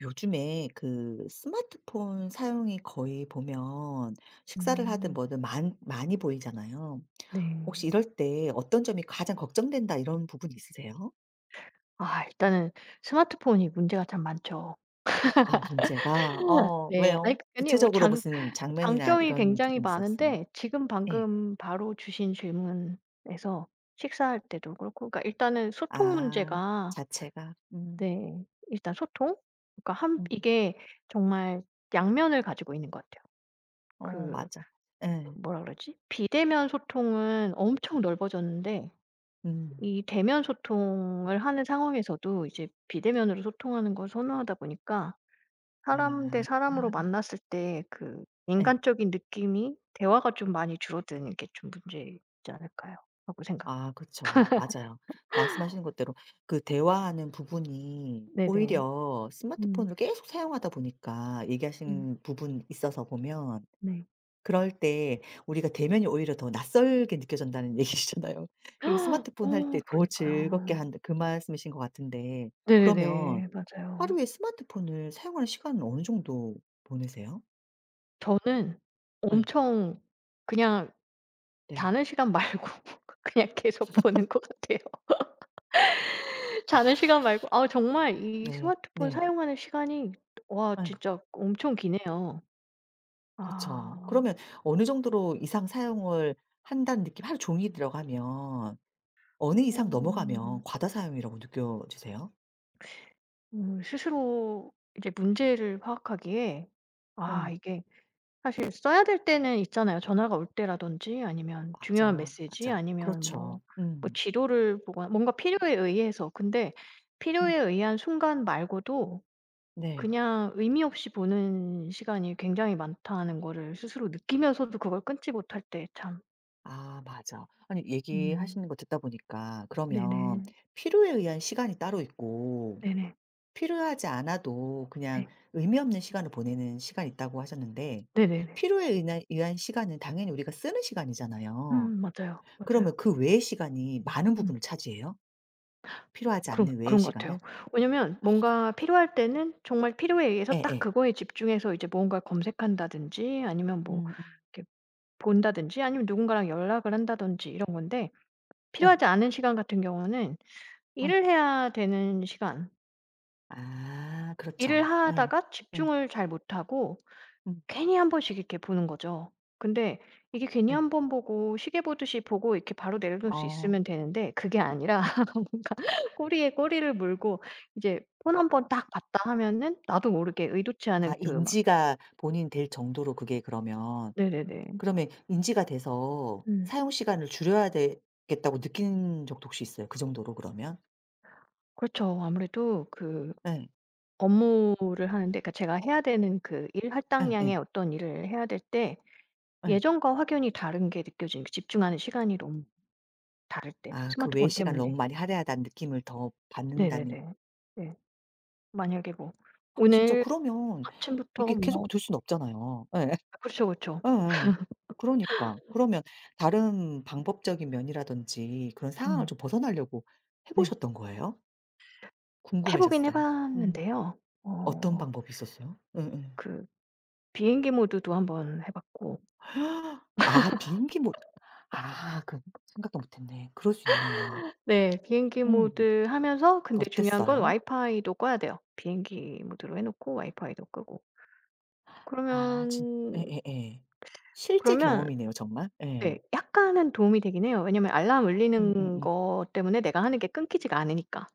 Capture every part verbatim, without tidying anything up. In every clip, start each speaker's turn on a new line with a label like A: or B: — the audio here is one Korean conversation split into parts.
A: 요즘에 그 스마트폰 사용이 거의 보면 식사를 하든
B: 음
A: 뭐든 많 많이 보이잖아요.
B: 네.
A: 혹시 이럴 때 어떤 점이 가장 걱정된다 이런 부분 있으세요?
B: 아 일단은 스마트폰이 문제가 참 많죠.
A: 아 문제가 어
B: 네. 아니
A: 왜요?
B: 아니 뭐
A: 구체적으로
B: 장
A: 무슨 장면이나
B: 장점이
A: 이런
B: 굉장히
A: 부분 있었어요?
B: 많은데 지금
A: 예.
B: 방금 바로 주신 질문에서 식사할 때도 그렇고 그러니까 일단은 소통
A: 아
B: 문제가
A: 자체가 음
B: 네 일단 소통 그러니까 한
A: 음.
B: 이게 정말 양면을 가지고 있는 것 같아요.
A: 어
B: 그
A: 맞아. 예.
B: 뭐라 그러지? 비대면 소통은 엄청 넓어졌는데
A: 음.
B: 이 대면 소통을 하는 상황에서도 이제 비대면으로 소통하는 걸 선호하다 보니까 사람 대
A: 아.
B: 사람으로 만났을 때 그
A: 예.
B: 인간적인 느낌이 대화가 좀 많이 줄어드는 게 좀 문제이지 않을까요? 라고 생각.
A: 아 그쵸. 맞아요. 말씀하시는 것대로 그 대화하는 부분이
B: 네네.
A: 오히려
B: 음
A: 스마트폰을 계속 사용하다 보니까
B: 음
A: 얘기하신 부분 있어서 보면
B: 네.
A: 그럴 때 우리가 대면이 오히려 더 낯설게 느껴진다는 얘기시잖아요. 그리고 스마트폰 할
B: 어
A: 때 더 즐겁게
B: 그러니까요.
A: 한다 그 말씀이신 것 같은데 그러면
B: 네네네. 맞아요.
A: 하루에 스마트폰을 사용하는 시간은 어느 정도 보내세요?
B: 저는
A: 네,
B: 엄청 그냥
A: 네.
B: 자는 시간 말고 그냥 계속 보는 것 같아요. 자는 시간 말고 아 정말 이
A: 네.
B: 스마트폰
A: 네.
B: 사용하는 시간이 와
A: 예.
B: 진짜 엄청 기네요.
A: 그쵸.
B: 아.
A: 그러면 어느 정도로 이상 사용을 한다는 느낌 하루 종일 들어가면 어느 이상 넘어가면
B: 음.
A: 과다 사용이라고 느껴지세요?
B: 음 스스로 이제 문제를 파악하기에
A: 응.
B: 아 이게 사실 써야 될 때는 있잖아요. 전화가 올 때라든지 아니면 중요한
A: 맞아.
B: 메시지
A: 맞아.
B: 아니면 뭐
A: 그렇죠.
B: 뭐
A: 음.
B: 지도를 보거나 뭔가 필요에 의해서. 근데
A: 음.
B: 필요에 의한 순간 말고도
A: 네.
B: 그냥 의미 없이 보는 시간이 굉장히 많다는 거를 스스로 느끼면서도 그걸 끊지 못할 때 참.
A: 아 맞아. 아니
B: 음
A: 얘기하시는 거 듣다 보니까 그러면
B: 네네.
A: 필요에 의한 시간이 따로 있고
B: 네네.
A: 필요하지 않아도 그냥
B: 네.
A: 의미 없는 시간을 보내는 시간이 있다고 하셨는데
B: 네네네.
A: 필요에 의한 의한 시간은 당연히 우리가 쓰는 시간이잖아요.
B: 음 맞아요,
A: 그러면
B: 맞아요.
A: 그 외의 시간이 많은
B: 음
A: 부분을 차지해요? 필요하지
B: 그런
A: 않는 외의
B: 그런 것 같아요.
A: 시간을?
B: 왜냐면 뭔가 필요할 때는 정말 필요에 의해서 딱
A: 예예.
B: 그거에 집중해서 이제 뭔가를 검색한다든지 아니면 뭐
A: 음 음.
B: 이렇게 본다든지 아니면 누군가랑 연락을 한다든지 이런 건데
A: 예.
B: 필요하지 않은 시간 같은 경우는
A: 음.
B: 일을 해야 되는 시간
A: 아
B: 일을
A: 그렇죠. 예.
B: 하다가
A: 예.
B: 집중을 잘 못하고
A: 음.
B: 괜히 한 번씩 이렇게 보는 거죠. 근데 이게 괜히
A: 예.
B: 한 번 보고 시계 보듯이 보고 이렇게 바로 내려놓을 수
A: 어.
B: 있으면 되는데 그게 아니라
A: 음.
B: 꼬리에 꼬리를 물고 이제 폰 한 번 딱 봤다 하면은 나도 모르게 의도치
A: 아
B: 않은 그 막.
A: 인지가 본인 될 정도로 그게 그러면
B: 네네네.
A: 그러면 인지가 돼서
B: 음.
A: 사용 시간을 줄여야 되겠다고 느낀 적도 혹시 있어요? 그 정도로 그러면?
B: 그렇죠. 아무래도 그
A: 예.
B: 업무를 하는데 그러니까 제가 해야 되는 그 일
A: 예예.
B: 할당량의
A: 예.
B: 어떤 일을 해야 될 때
A: 예.
B: 예전과 확연히 다른 게 느껴지는 게 집중하는 시간이 너무 다를 때
A: 아그 외의
B: 스마트폰
A: 시간을 너무
B: 때문에.
A: 많이 할애하다는 느낌을 더 받는다는
B: 네네네. 네. 만약에 뭐
A: 진짜
B: 오늘
A: 그러면 이게
B: 아침부터
A: 계속
B: 뭐.
A: 될 수는 없잖아요. 예.
B: 아 그렇죠, 그렇죠.
A: 예예. 그러니까. 그러면 다른 방법적인 면이라든지 그런 상황을
B: 음.
A: 좀 벗어나려고 해
B: 네.
A: 보셨던 거예요?
B: 해 보긴 해
A: 궁금해졌어요. 음.
B: 봤는데요.
A: 어떤
B: 어
A: 방법이 있었어요? 예예.
B: 그 비행기 모드도 한번 해 봤고
A: 아 비행기 못 아 그 생각도 못 했네. 그럴 수 있네요.
B: 네 비행기
A: 음.
B: 모드 하면서 근데 중요한 건
A: 어땠어요?
B: 와이파이도 꺼야 돼요. 비행기 모드로 해 놓고 와이파이도 끄고.
A: 아 진
B: 그러면
A: 예예예. 실제
B: 그러면
A: 경험이네요 정말.
B: 네
A: 예.
B: 약간은 도움이 되긴 해요. 왜냐면 알람 울리는
A: 음음음.
B: 것 때문에 내가 하는 게 끊기지가 않으니까.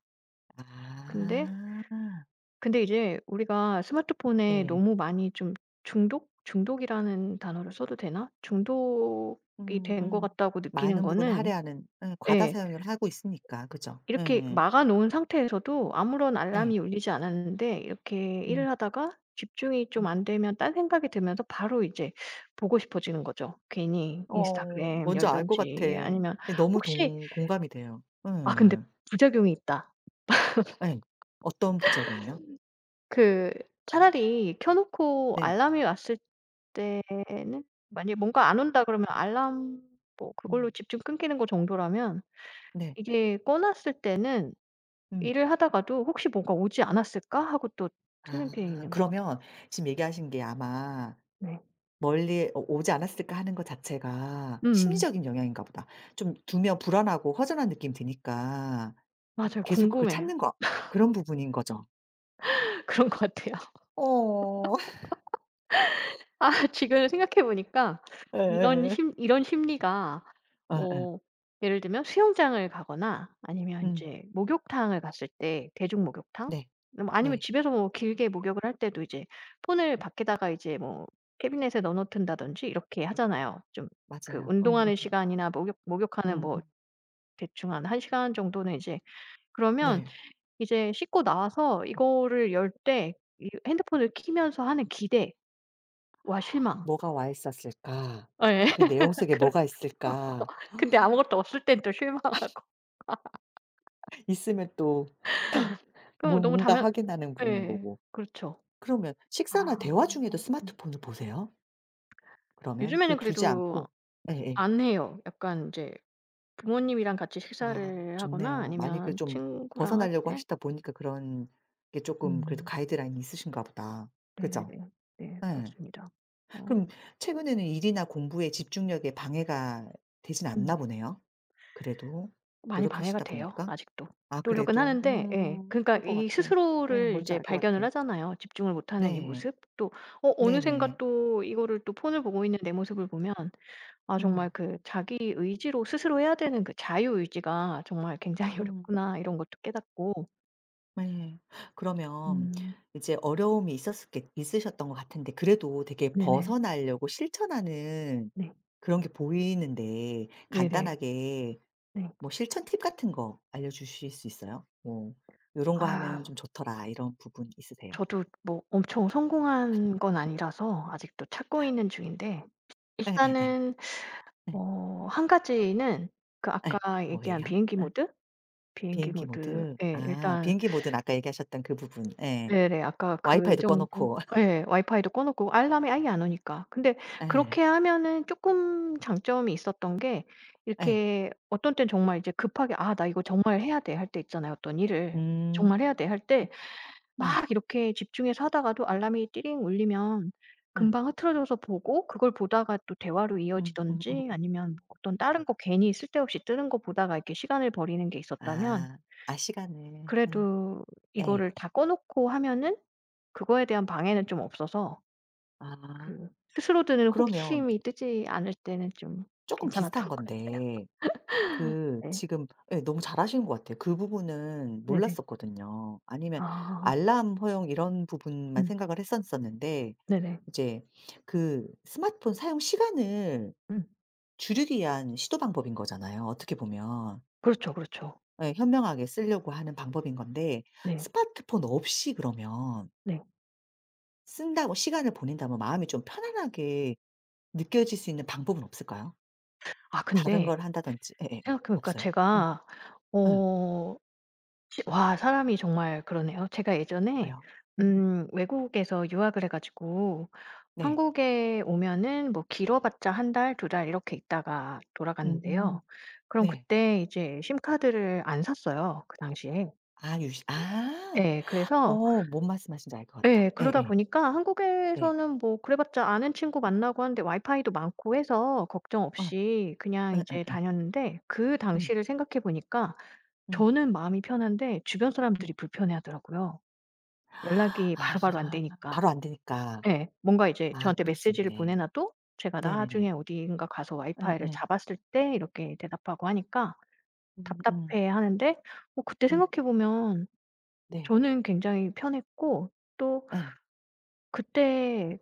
B: 근데
A: 아.
B: 근데 이제 우리가 스마트폰에
A: 네.
B: 너무 많이 좀 중독? 중독이라는 단어를 써도 되나? 중독이
A: 음
B: 된 것
A: 음.
B: 같다고 느끼는
A: 많은 부분을
B: 거는
A: 할애하는 예 과다
B: 예.
A: 사용을 하고 있으니까. 그죠?
B: 이렇게
A: 예예.
B: 막아 놓은 상태에서도 아무런
A: 예.
B: 알람이 울리지 않았는데 이렇게
A: 음.
B: 일을 하다가 집중이 좀
A: 음.
B: 안 되면 딴 생각이 들면서 바로 이제 보고 싶어지는 거죠. 괜히
A: 어
B: 인스타그램
A: 뭔지 알 것 같아.
B: 열든지
A: 예
B: 아니면
A: 너무
B: 혹시.
A: 동 공감이 돼요.
B: 아 근데
A: 예
B: 부작용이 있다.
A: 예 어떤 부작용이요?
B: 그 차라리 켜 놓고
A: 네.
B: 알람이 왔을 때는 만약에 뭔가 안 온다 그러면 알람 뭐
A: 음.
B: 그걸로 집중 끊기는 거 정도라면
A: 네.
B: 이게 꺼 놨을 때는
A: 음.
B: 일을 하다가도 '혹시 뭐가 오지 않았을까?' 하고 또 트는 게
A: 아
B: 있는 것 같아요.
A: 그러면 지금 얘기하신 게 아마
B: 네.
A: 멀리 오 오지 않았을까 하는 것 자체가
B: 음음.
A: 심리적인 영향인가 보다. 좀 두면 불안하고 허전한 느낌이 드니까
B: 맞아요.
A: 계속 그걸
B: 궁금해요.
A: 찾는 거 그런 부분인 거죠?
B: 그런 것 같아요.
A: 어.
B: 아 지금 생각해 보니까 이런
A: 예예예.
B: 심 이런 심리가
A: 예예.
B: 어 예를 들면 수영장을 가거나 아니면
A: 음.
B: 인제 목욕탕을 갔을 때 대중 목욕탕.
A: 네.
B: 음 아니면
A: 네.
B: 집에서 뭐 길게 목욕을 할 때도 이제 폰을 밖에다가 이제 뭐 캐비넷에 넣어 놓든다든지 이렇게 하잖아요. 좀 그
A: 맞아요. 음음.
B: 운동하는 시간이나 목욕 목욕하는
A: 음음.
B: 뭐 대충 한 한 시간 정도는 이제 그러면
A: 네.
B: 이제 씻고 나와서 이거를 열 때 이 핸드폰을 키면서 하는 기대와 실망.
A: '뭐가 와 있었을까?
B: 예.
A: 그 내용 속에
B: 그런
A: 뭐가 있을까?'
B: 근데 아무것도 없을 땐 또 실망.
A: 있으면 또 뭐
B: 그럼 너무
A: 뭔가
B: 당연.
A: 확인하는 부분인
B: 예.
A: 거고.
B: 그렇죠.
A: 그러면
B: 아.
A: 식사나 대화 중에도
B: 음.
A: 스마트폰을 보세요? 그러면 그
B: 요즘에는
A: 두지
B: 그래도
A: 않고 예예.
B: 안 해요. 약간 인제 부모님이랑 같이
A: 아
B: 식사를 하거나
A: 좋네요. 많이 그
B: 아니면
A: 좀
B: 친구랑 할
A: 벗어나려고
B: 때.
A: 하시다 보니까 그런 게 쪼끔 그래도
B: 음.
A: 가이드라인이 있으신가 보다. 그죠?
B: 네네네. 네.
A: 예.
B: 맞습니다. 어.
A: 그럼 최근에는 일이나 공부에 집중력에 방해가 되진 않나
B: 음.
A: 보네요. 그래도
B: 많이 방해가
A: 노력하시다
B: 돼요
A: 보니까.
B: 아직도.
A: 아
B: 노력은
A: 그래도
B: 하는데 예.
A: 음
B: 그러니까
A: 그럴 것
B: 이
A: 같아. 예
B: 스스로를
A: 뭔지
B: 이제
A: 알 것
B: 발견을
A: 같아.
B: 하잖아요. 집중을 못하는 이
A: 네.
B: 모습. 또 어 어느샌가
A: 네네.
B: 또 이거를 또 폰을 보고 있는 내 모습을 보면 아 정말
A: 음.
B: 그 '자기 의지로 스스로 해야 되는 그 자유 의지가 정말 굉장히
A: 음.
B: 어렵구나.' 이런 것도 깨닫고.
A: 네. 그러면
B: 음.
A: 이제 어려움이 있었을 게 있으셨던 것 같은데 그래도 되게
B: 네네.
A: 벗어나려고 실천하는
B: 네.
A: 그런 게 보이는데
B: 네네.
A: 간단하게
B: 네.
A: 뭐 실천 팁 같은 거 알려주실 수 있어요? 뭐 "요런 거
B: 아
A: 하면 좀 좋더라." 이런 부분 있으세요?
B: 저도 뭐 엄청 성공한 건 아니라서 아직도 찾고 있는 중인데
A: 예예예. 예.
B: 일단은
A: 예.
B: 어 한 가지는 그
A: 예,
B: 아까
A: 예.
B: 얘기한
A: 뭐예요?
B: 비행기
A: 예.
B: 모드? 비행기
A: 비행기
B: 모드에
A: 모드. 아
B: 일단
A: 비행기 모드는 아까 얘기하셨던 그 부분. 예.
B: 네네. 아까 그
A: 와이파이도 꺼
B: 정도
A: 놓고.
B: 예. 와이파이도 꺼 놓고 알람이 아예 안 오니까. 근데
A: 예.
B: 그렇게 하면은 쪼끔 장점이 있었던 게
A: 예.
B: 이렇게 어떤 땐 정말 이제 급하게 '아 나 이거 정말 해야 돼.' 할 때 있잖아요, 어떤 일을.
A: 음.
B: 정말 해야 돼 할 때
A: 네. 예.
B: 막 이렇게 집중해서 하다가도 알람이 띠링 울리면
A: 예.
B: 금방 흐트러져서 보고 그걸 보다가 또 대화로
A: 음 음음음.
B: 이어지든지 아니면 뭐 어떤 다른 거 괜히 쓸데없이 뜨는 거 보다가 이렇게 시간을 버리는 게 있었다면
A: 아. 아 시간을. 예.
B: 그래도
A: 예.
B: 이거를 다 꺼 놓고 하면은 그거에 대한 방해는 좀 없어서
A: 아.
B: 그 스스로 드는
A: 그러면
B: 호기심이 뜨지 않을 때는 좀
A: 쪼끔 비슷한
B: 괜찮았던 것 같아요.
A: 건데 그
B: 네.
A: 지금 예 너무 잘하신 것 같아요. 그 부분은
B: 네네.
A: 몰랐었거든요. 아니면
B: 아.
A: 알람 허용 이런 부분만
B: 음.
A: 생각을 했었었는데
B: 네네.
A: 이제 그 스마트폰 사용 시간을
B: 음.
A: 줄이기 위한 시도 방법인 거잖아요 어떻게 보면.
B: 그렇죠, 그렇죠.
A: 예 현명하게 쓰려고 하는 방법인 건데
B: 네.
A: 스마트폰 없이 그러면
B: 네.
A: 쓴다고 시간을 보낸다면 마음이 좀 편안하게 느껴질 수 있는 방법은 없을까요?
B: 아
A: 다른
B: 근데
A: 걸 한다든지 예예예.
B: 생각해 보니까
A: 없어요? 응.
B: 제가
A: 응.
B: 어 시 와 사람이 정말 그러네요. 제가 예전에
A: 왜요? 음음.
B: 음 외국에서 유학을 해 가지고
A: 네.
B: 한국에 오면은 뭐 길어봤자 한 달, 두 달 이렇게 있다가
A: 음
B: 돌아갔는데요. 그럼
A: 네.
B: 그때 이제 심카드를 안 샀어요, 그 당시에.
A: 아 유시 아.
B: 예. 그래서
A: 어 뭔 말씀하시는지 알 것 같아.
B: 예. 그러다
A: 예예.
B: 보니까
A: 네.
B: 한국에서는 뭐 그래 봤자 아는 친구 만나고 하는데 와이파이도 많고 해서 걱정
A: 어.
B: 없이 그냥 이제
A: 예예예.
B: 다녔는데 그
A: 음.
B: 당시를 생각해 보니까
A: 음.
B: 저는 마음이 편한데 주변
A: 음.
B: 사람들이 불편해하더라고요, 연락이 바로바로 안
A: 아
B: 되니까.
A: 바로 안 되니까.
B: 예. 뭔가 이제
A: 아
B: 저한테
A: 그럴 수
B: 메시지를
A: 있네.
B: 보내놔도 제가
A: 네네네.
B: 나중에 어디인가 가서 와이파이를
A: 예예.
B: 잡았을 때 이렇게 대답하고 하니까
A: 음 음.
B: 답답해하는데 어 그때
A: 음.
B: 생각해 보면
A: 네.
B: 저는 굉장히 편했고 또
A: 예.
B: 그때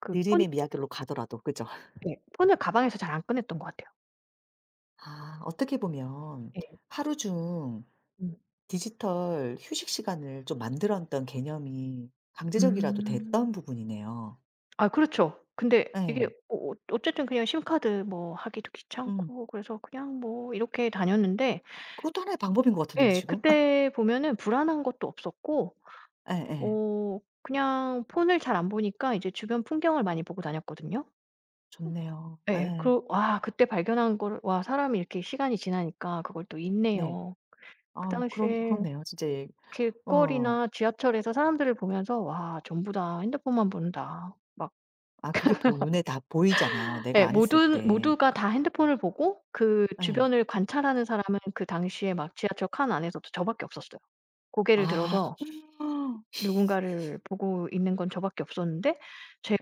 B: 그 폰
A: 느림의 미학으로 가더라도 그죠?
B: 예 폰을 가방에서 잘 안 꺼냈던 것 같아요.
A: 아 어떻게 보면
B: 예.
A: 하루 중
B: 음.
A: 디지털 휴식 시간을 좀 만들어 놨던 개념이 강제적이라도 됐던
B: 음.
A: 부분이네요.
B: 아 그렇죠. 근데 이게
A: 예.
B: 어 어 어쨌든 그냥 심카드 뭐 하기도
A: 음.
B: 귀찮고 그래서 그냥 뭐 이렇게 다녔는데
A: 그것도 하나의 방법인 것 같은데요
B: 예
A: 지금.
B: 그때 보면은 불안한 것도 없었고
A: 예예.
B: 어 그냥 폰을 잘 안 보니까 이제 주변 풍경을 많이 보고 다녔거든요.
A: 좋네요.
B: 예.
A: 예.
B: 그러 와 그때 발견한 거를 와 사람이 이렇게 시간이 지나니까 그걸 또
A: 네.
B: 잊네요. 그
A: 아 그런
B: 당시에
A: 그렇네요. 진짜 얘- 어
B: 길거리나 지하철에서 사람들을 보면서 '와 전부 다 핸드폰만 본다.' 막
A: 아 그게 보 눈에 다 보이잖아요 내가
B: 예
A: 안 했을
B: 모든
A: 때.
B: 모두가 다 핸드폰을 보고 그
A: 예.
B: 주변을 관찰하는 사람은 그 당시에 막 지하철 칸 안에서도 저 밖에 없었어요. 고개를
A: 아.
B: 들어서 누군가를 보고 있는 건 저밖에 없었는데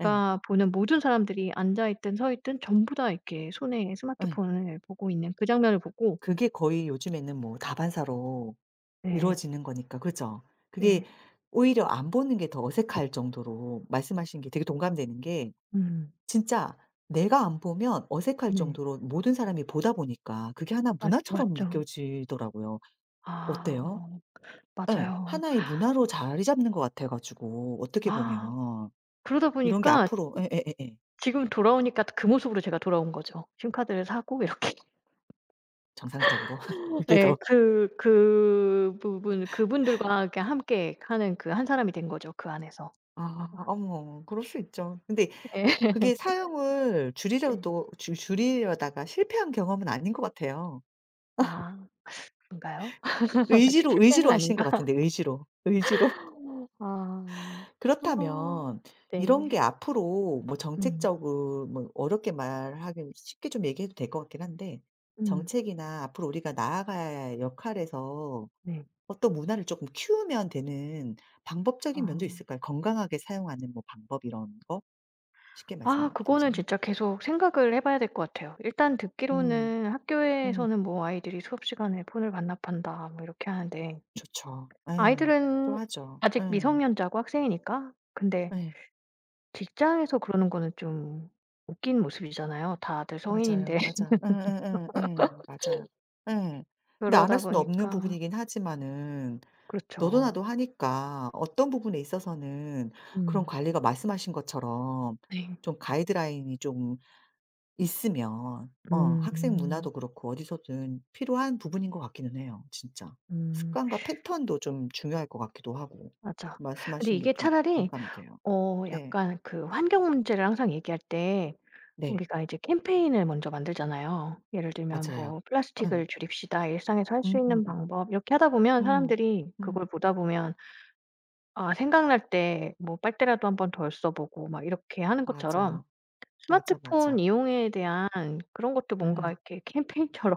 A: 예.
B: 보는 모든 사람들이 앉아 있든 서 있든 전부 다 이렇게 손에
A: 예.
B: 스마트폰을 보고 있는 그 장면을 보고.
A: 그게 거의 요즘에는 뭐 다반사로
B: 네.
A: 이루어지는 거니까 그죠? 그게
B: 네.
A: 오히려 안 보는 게 더 어색할 정도로 말씀하신 게 되게 동감되는 게
B: 음.
A: 진짜 내가 안 보면 어색할
B: 네.
A: 정도로 모든 사람이 보다 보니까 그게 하나
B: 맞죠,
A: 문화처럼
B: 맞죠.
A: 느껴지더라고요.
B: 아
A: 어때요? 예.
B: 맞아요.
A: 하나의 문화로 자리 잡는 것 같아 가지고 어떻게
B: 아
A: 보면
B: 그러다
A: 이런 게
B: 보니까
A: 앞으로 예예예예.
B: 지금 돌아오니까 그 모습으로 제가 돌아온 거죠. 심카드를 사고 이렇게
A: 정상적으로 이게
B: 네
A: 더
B: 그 그 부분 그분들과 이렇게 함께 하는 그 한 사람이 된 거죠, 그 안에서.
A: 아
B: 아
A: 어머 그럴 수 있죠. 근데
B: 네.
A: 그게 사용을
B: 네.
A: 줄이려도 줄 줄이려다가 실패한 경험은 아닌 것 같아요.
B: 아 그런가요? 아직
A: 의지로
B: 실패는
A: 의지로 하신 것
B: 아닌가?
A: 같은데 의지로, 의지로.
B: 아. 어.
A: 그렇다면
B: 네.
A: 이런 게 앞으로 뭐
B: 음.
A: 정책적으로 뭐 어렵게 말하긴 쉽게 좀 얘기해도 될 것 같긴 한데
B: 음.
A: 정책이나 앞으로 우리가 나아가야 할 역할에서
B: 네.
A: 어떤 문화를 조금 키우면 되는 방법적인 면도
B: 아.
A: 있을까요? 건강하게 사용하는 뭐 방법 이런 거? 쉽게
B: 아 그거는
A: 말씀드리자면.
B: 진짜 계속 생각을 해 봐야 될 것 같아요. 일단
A: 음.
B: 듣기로는
A: 음.
B: 학교에서는 뭐 아이들이 "수업 시간에 폰을 반납한다." 뭐 이렇게 하는데
A: 좋죠. 예.
B: 아이들은
A: 좋아하죠.
B: 아직
A: 예.
B: 미성년자고 학생이니까. 근데
A: 예.
B: 직장에서 그러는 거는 좀 웃긴 모습이잖아요. 다들
A: 맞아요.
B: 성인인데.
A: 맞아. 예예예 예. 맞아요. 예. 근데 안 할
B: 그러다
A: 수는 없는
B: 보니까
A: 부분이긴 하지만은 너도
B: 그렇죠.
A: 나도 하니까 어떤 부분에 있어서는 그런
B: 음.
A: 관리가 말씀하신 것처럼
B: 네.
A: 좀 가이드라인이 좀 있으면 어 학생
B: 음.
A: 문화도 그렇고 어디서든 필요한 부분인 것 같기는 해요 진짜.
B: 음.
A: 습관과 패턴도 좀 중요할 것 같기도 하고.
B: 맞아. 근데
A: 말씀하신 게
B: 이게
A: 좀
B: 차라리
A: 공감이 돼요.
B: 어
A: 네.
B: 약간 그 환경 문제를 항상 얘기할 때
A: 네.
B: 우리가 이제 캠페인을 먼저 만들잖아요. 예를 들면
A: 맞아요.
B: 뭐
A: 응
B: "플라스틱을 줄입시다. 일상에서 할 수 있는
A: 음.
B: 방법." 이렇게 하다 보면
A: 음.
B: 사람들이 그걸
A: 음.
B: 보다 보면 아 생각날 때 뭐 빨대라도 한번 덜 써 보고 막 이렇게 하는 것처럼
A: 맞아. 맞아,
B: 스마트폰
A: 맞아.
B: 이용에 대한 그런 것도 뭔가
A: 응
B: 이렇게 캠페인처럼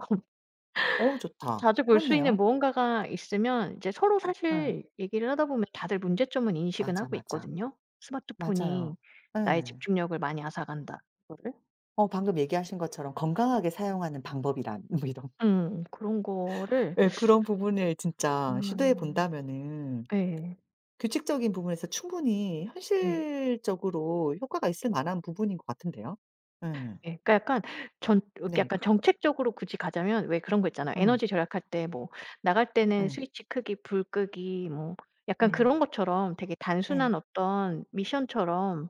A: 어우 좋다.
B: 자주 볼 수
A: 그렇네요.
B: 있는 무언가가 있으면 이제 서로
A: 응
B: 사실 얘기를 하다 보면 다들 문제점은 인식은
A: 맞아,
B: 하고
A: 맞아.
B: 있거든요. 스마트폰이
A: 맞아요.
B: 나의
A: 예.
B: 집중력을 많이 앗아간다 그거를
A: 어 방금 얘기하신 것처럼 건강하게 사용하는 방법이란 뭐 이런
B: 음 그런 거를
A: 예 그런 부분을 진짜 시도해
B: 음
A: 본다면은
B: 예.
A: 규칙적인 부분에서 충분히
B: 네.
A: 현실적으로 효과가 있을 만한 부분인 것 같은데요. 예.
B: 예. 그러니까 약간 전 이렇게
A: 네.
B: 약간 정책적으로 굳이 가자면 왜 그런 거 있잖아요.
A: 응,
B: 에너지 절약할 때 뭐 나갈 때는
A: 예.
B: 스위치 크기, 불 끄기 뭐 약간
A: 예.
B: 그런 것처럼 되게
A: 예.
B: 단순한 어떤 미션처럼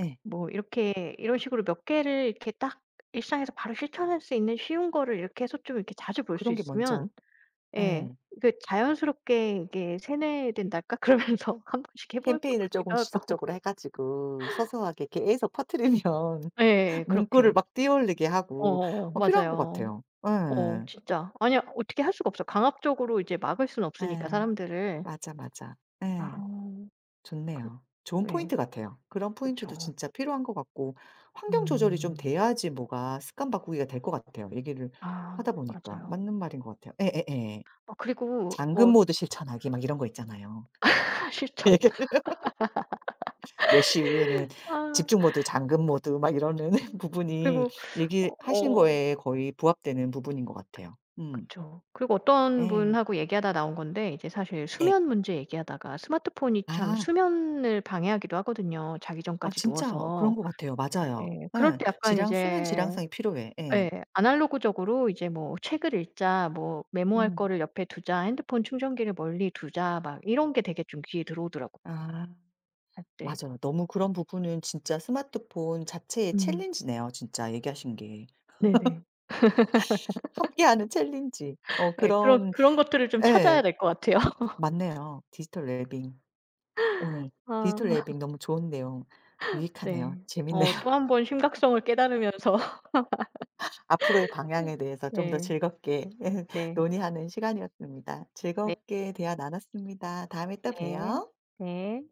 A: 예.
B: 뭐 이렇게 이런 식으로 몇 개를 이렇게 딱 일상에서 바로 실천할 수 있는 쉬운 거를 이렇게 해서 좀 이렇게 자주 볼 수
A: 그런 게 먼저
B: 있으면 예.
A: 예.
B: 이게 자연스럽게 이게 세뇌된달까? 그러면서 한 번씩 해볼 것
A: 캠페인을 쪼금
B: 같기도 하고.
A: 지속적으로 해 가지고 소소하게 계속 퍼뜨리면
B: 예.
A: 문구를
B: 그렇게.
A: 막 띄어올리게 하고
B: 어어어.
A: 어 필요한 것
B: 맞아요.
A: 같아요.
B: 어
A: 예.
B: 진짜. 아니 어떻게 할 수가 없어요. 강압적으로 이제 막을 수는 없으니까
A: 예.
B: 사람들을.
A: 맞아, 맞아. 예.
B: 아 그
A: 좋네요. 좋은
B: 네.
A: 포인트 같아요. 그런 포인트도
B: 그쵸.
A: 진짜 필요한 것 같고 환경 조절이 좀
B: 음.
A: 돼야지 뭐가 습관 바꾸기가 될 것 같아요, 얘기를
B: 아
A: 하다 보니까.
B: 맞아요.
A: 맞는 말인 것 같아요. 예예예.
B: 아 그리고
A: 잠금
B: 어
A: 모드 실천하기 막 이런 거 있잖아요. 예,
B: 실천.
A: 이렇게 몇 시 이후에는
B: 아.
A: 집중 모드, 잠금 모드 막 이러는
B: 음.
A: 부분이
B: 그리고 어
A: 얘기하신
B: 어,
A: 거에 거의 부합되는 부분인 것 같아요. 음.
B: 그쵸. 그리고 어떤
A: 예.
B: 분하고 얘기하다 나온 건데 이제 사실
A: 네.
B: 수면 문제 얘기하다가 스마트폰이 참
A: 아.
B: 수면을 방해하기도 하거든요, 자기
A: 아
B: 전까지
A: 진짜 그런
B: 누워서.
A: 것 같아요.
B: 예.
A: 맞아요.
B: 그럴
A: 예.
B: 때 약간
A: 질량 수면
B: 이제
A: 질량상이 필요해. 예.
B: 예 아날로그적으로 이제 뭐 '책을 읽자.' 뭐 '메모할
A: 음.
B: 거를 옆에 두자.' '핸드폰 충전기를 멀리 두자.' 막 이런 게 되게 좀 귀에 들어오더라고요,
A: 아.
B: 할 때.
A: 맞아요. 너무 그런 부분은 진짜 스마트폰 자체의
B: 음.
A: 챌린지네요, 진짜 얘기하신 게.
B: 네네.
A: 함께하는 챌린지. 어
B: 예. 그런
A: 그런
B: 그런 것들을 좀
A: 예.
B: 찾아야 될 것 같아요.
A: 맞네요. 디지털 웰빙. 오늘
B: 아
A: 디지털 웰빙 너무 좋은 내용 유익하네요.
B: 네.
A: 재밌네요.
B: 어 또 한 번 심각성을 깨달으면서
A: 앞으로의 방향에 대해서 좀 더
B: 네.
A: 즐겁게
B: 네.
A: 논의하는 시간이었습니다.
B: 네.
A: 즐겁게 대화 나눴습니다. 다음에 또
B: 네.
A: 봬요.
B: 네.